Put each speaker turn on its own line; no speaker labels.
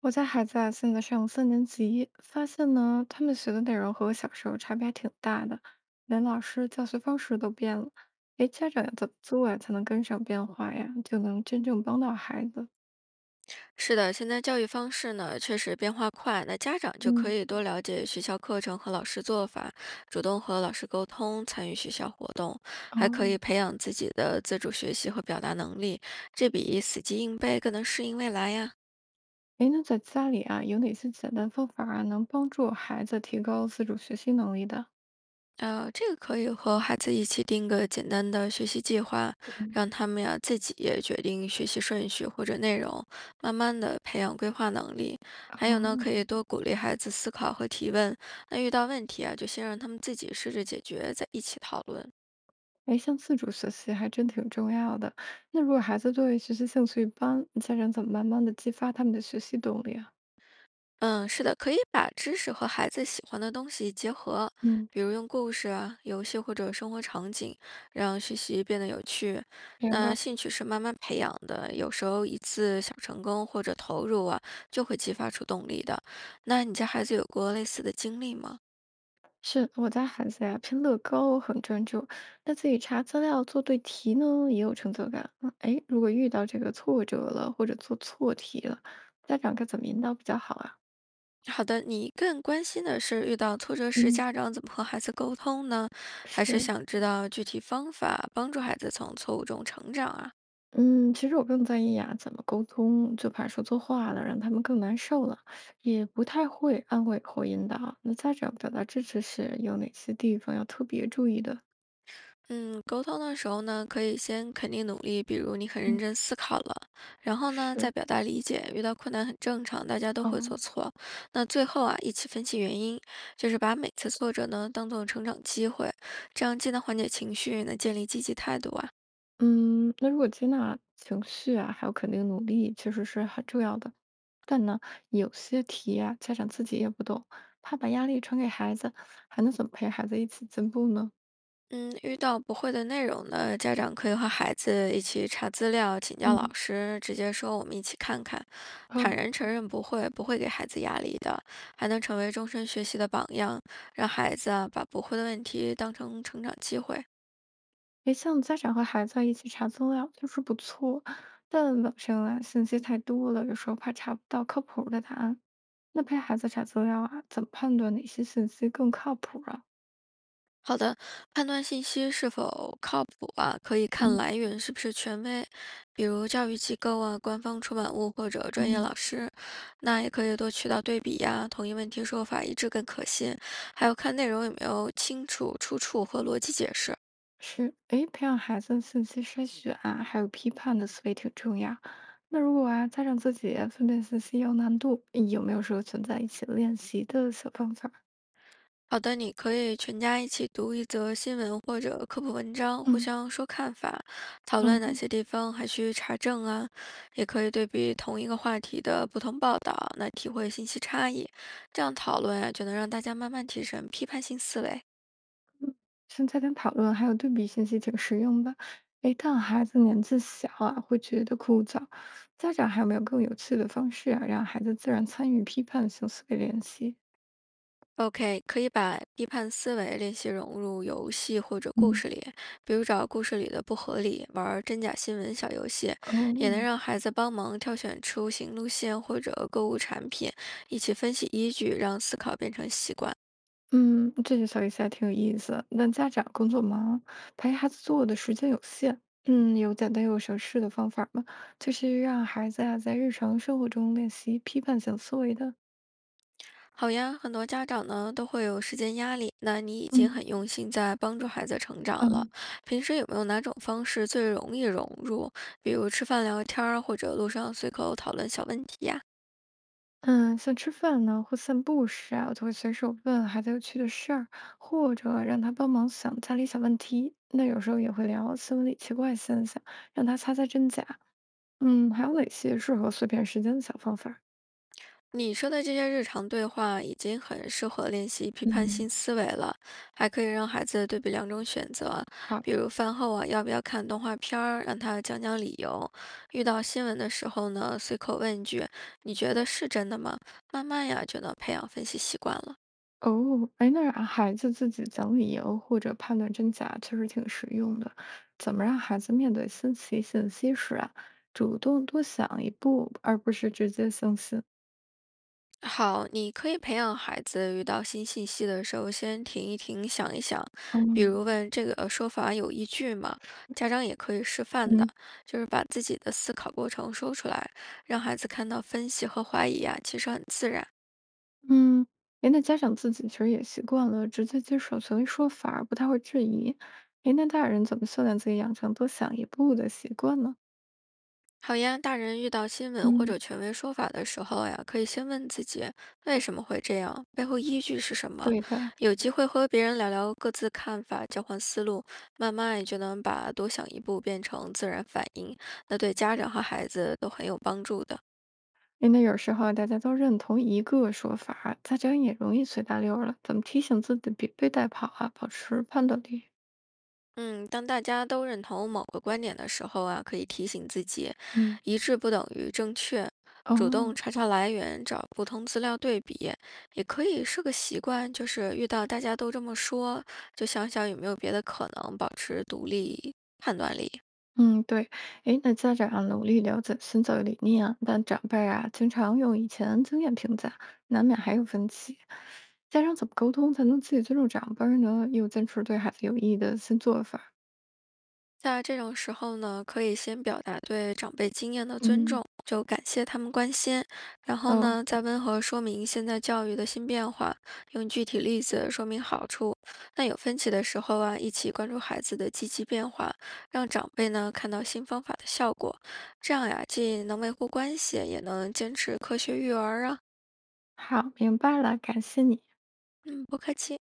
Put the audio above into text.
我家孩子啊，现在上三年级，发现呢，他们学的内容和我小时候差别还挺大的，连老师教学方式都变了。诶，家长要怎么做呀，才能跟上变化呀，就能真正帮到孩子？
是的，现在教育方式呢确实变化快，那家长就可
嗯。
以多了解学校课程和老师做法，主动和老师沟通，参与学校活动，还可
哦。
以培养自己的自主学习和表达能力，这比死记硬背更能适应未来呀。
诶，那在家里啊，有哪些简单方法啊，能帮助孩子提高自主学习能力的？
这个可以和孩子一起定个简单的学习计划，
嗯。
让他们呀自己也决定学习顺序或者内容，慢慢的培养规划能力。还有呢，
哦。
可以多鼓励孩子思考和提问。那遇到问题啊，就先让他们自己试着解决，再一起讨论。
诶，像自主学习还真挺重要的。那如果孩子对学习兴趣一般，家长怎么慢慢的激发他们的学习动力啊？
嗯，是的，可以把知识和孩子喜欢的东西结合，
嗯，
比如用故事啊、游戏或者生活场景，让学习变得有趣。
明
那
白。
兴趣是慢慢培养的，有时候一次小成功或者投入啊，就会激发出动力的。那你家孩子有过类似的经历吗？
是我家孩子呀，拼乐高很专注，那自己查资料、做对题呢，也有成就感。嗯，哎，如果遇到这个挫折了，或者做错题了，家长该怎么引导比较好啊？
好的，你更关心的是遇到挫折时
嗯，
家长怎么和孩子沟通呢？还是
是。
想知道具体方法帮助孩子从错误中成长啊？
嗯，其实我更在意呀，怎么沟通，就怕说错话了，让他们更难受了，也不太会安慰或引导。那家长表达支持时，有哪些地方要特别注意的？
嗯，沟通的时候呢，可以先肯定努力，比如你很认
嗯，
真思考了，然后呢，再
是。
表达理解，遇到困难很正常，大家都会做
哦。
错。那最后啊，一起分析原因，就是把每次挫折呢当做成长机会，这样既能缓解情绪，也能建立积极态度啊。
嗯，那如果接纳情绪啊，还有肯定努力，确实是很重要的。但呢，有些题啊，家长自己也不懂，怕把压力传给孩子，还能怎么陪孩子一起进步呢？
嗯，遇到不会的内容呢，家长可以和孩子一起查资料，请教老
嗯。
师，直接说我们一起看看，坦
哦。
然承认不会，不会给孩子压力的，还能成为终身学习的榜样，让孩子啊把不会的问题当成成长机会。
诶，像家长和孩子一起查资料，就是不错，但网上啊信息太多了，有时候怕查不到靠谱儿的答案。那陪孩子查资料啊，怎么判断哪些信息更靠谱啊？
好的，判断信息是否靠谱啊，可以
啊？
看来源是不是权威，比如教育机构啊、官方出版物或者专业
嗯。
老师。那也可以多渠道对比呀、同一问题说法一致更可信。还有看内容有没有清楚出处和逻辑解释。
是，诶，培养孩子的信息筛选啊，还有批判的思维挺重要。那如果啊，家长自己啊分辨信息有难度，有没有说存在一起练习的小方法？
好的，你可以全家一起读一则新闻或者科普文章，互
嗯。
相说看法，讨论哪
嗯，
些地方还需查证啊。也可以对比同一个话题的不同报道，来体会信息差异。这样讨论啊，就能让大家慢慢提升批判性思维。
像家庭讨论还有对比信息挺实用的。诶，但孩子年纪小啊，会觉得枯燥。家长还有没有更有趣的方式啊，让孩子自然参与批判性思维练习？
OK，可以把批判思维练习融入游戏或者故
嗯。
事里，比如找故事里的不合理，玩儿真假新闻小游戏，也能
哦。
让孩子帮忙挑选出行路线或者购物产品，一起分析依据，让思考变成习惯。
嗯，这些小意思还挺有意思。那家长工作忙，陪孩子做的时间有限，嗯，有简单又省事的方法吗？就是让孩子啊在日常生活中练习批判性思维的。
好呀，很多家长呢都会有时间压力，那你已经
嗯。
很用心在帮助孩子成长了。
嗯。
平时有没有哪种方式最容易融入？比如吃饭聊天儿，或者路上随口讨论小问题呀？
嗯，像吃饭呢或散步时啊，我就会随手问孩子有趣的事儿，或者让他帮忙想家里小问题。那有时候也会聊新闻里奇怪现象，让他猜猜真假。嗯，还有哪些适合碎片时间的小方法。
你说的这些日常对话已经很适合练习批判
嗯，
性思维了，还可以让孩子对比两种选择，
好。
比如饭后啊要不要看动画片儿，让他讲讲理由；遇到新闻的时候呢，随口问一句“你觉得是真的吗”，慢慢呀就能培养分析习惯了。
哦，哎，那让孩子自己讲理由或者判断真假，确实挺实用的。怎么让孩子面对新奇信息时啊，主动多想一步，而不是直接相信？
好，你可以培养孩子遇到新信息的时候，先停一停，想一想，
哦。
比如问这个说法有依据吗？家长也可以示范的，
嗯。
就是把自己的思考过程说出来，让孩子看到分析和怀疑啊，其实很自然。
嗯，哎，那家长自己其实也习惯了直接接受所威说法儿，不太会质疑。哎，那大人怎么训练自己养成多想一步的习惯呢？
好呀，大人遇到新闻或
嗯。
者权威说法的时候呀，可以先问自己为什么会这样，背后依据是什么。
对的，
有机会和别人聊聊各自看法，交换思路，慢慢也就能把多想一步变成自然反应。那对家长和孩子都很有帮助的。
因为有时候啊大家都认同一个说法，家长也容易随大流了。怎么提醒自己别被带跑啊？保持判断力。
嗯，当大家都认同某个观点的时候啊，可以提醒自己，
嗯。
一致不等于正确。主
哦。
动查查来源，找不同资料对比，也可以是个习惯，就是遇到大家都这么说，就想想有没有别的可能，保持独立判断力。
嗯，对，诶，那家长啊努力了解新教育理念啊，但长辈啊经常用以前经验评价，难免还有分歧。家长怎么沟通才能既尊重长辈儿呢，又坚持对孩子有益的新做法儿。
在这种时候呢，可以先表达对长辈经验的尊
嗯。
重，就感谢他们关心，然后
哦。
呢，再温和说明现在教育的新变化，用具体例子说明好处。那有分歧的时候啊，一起关注孩子的积极变化，让长辈呢看到新方法的效果，这样呀，既能维护关系，也能坚持科学育儿啊。
好，明白了，感谢你。
嗯，不客气。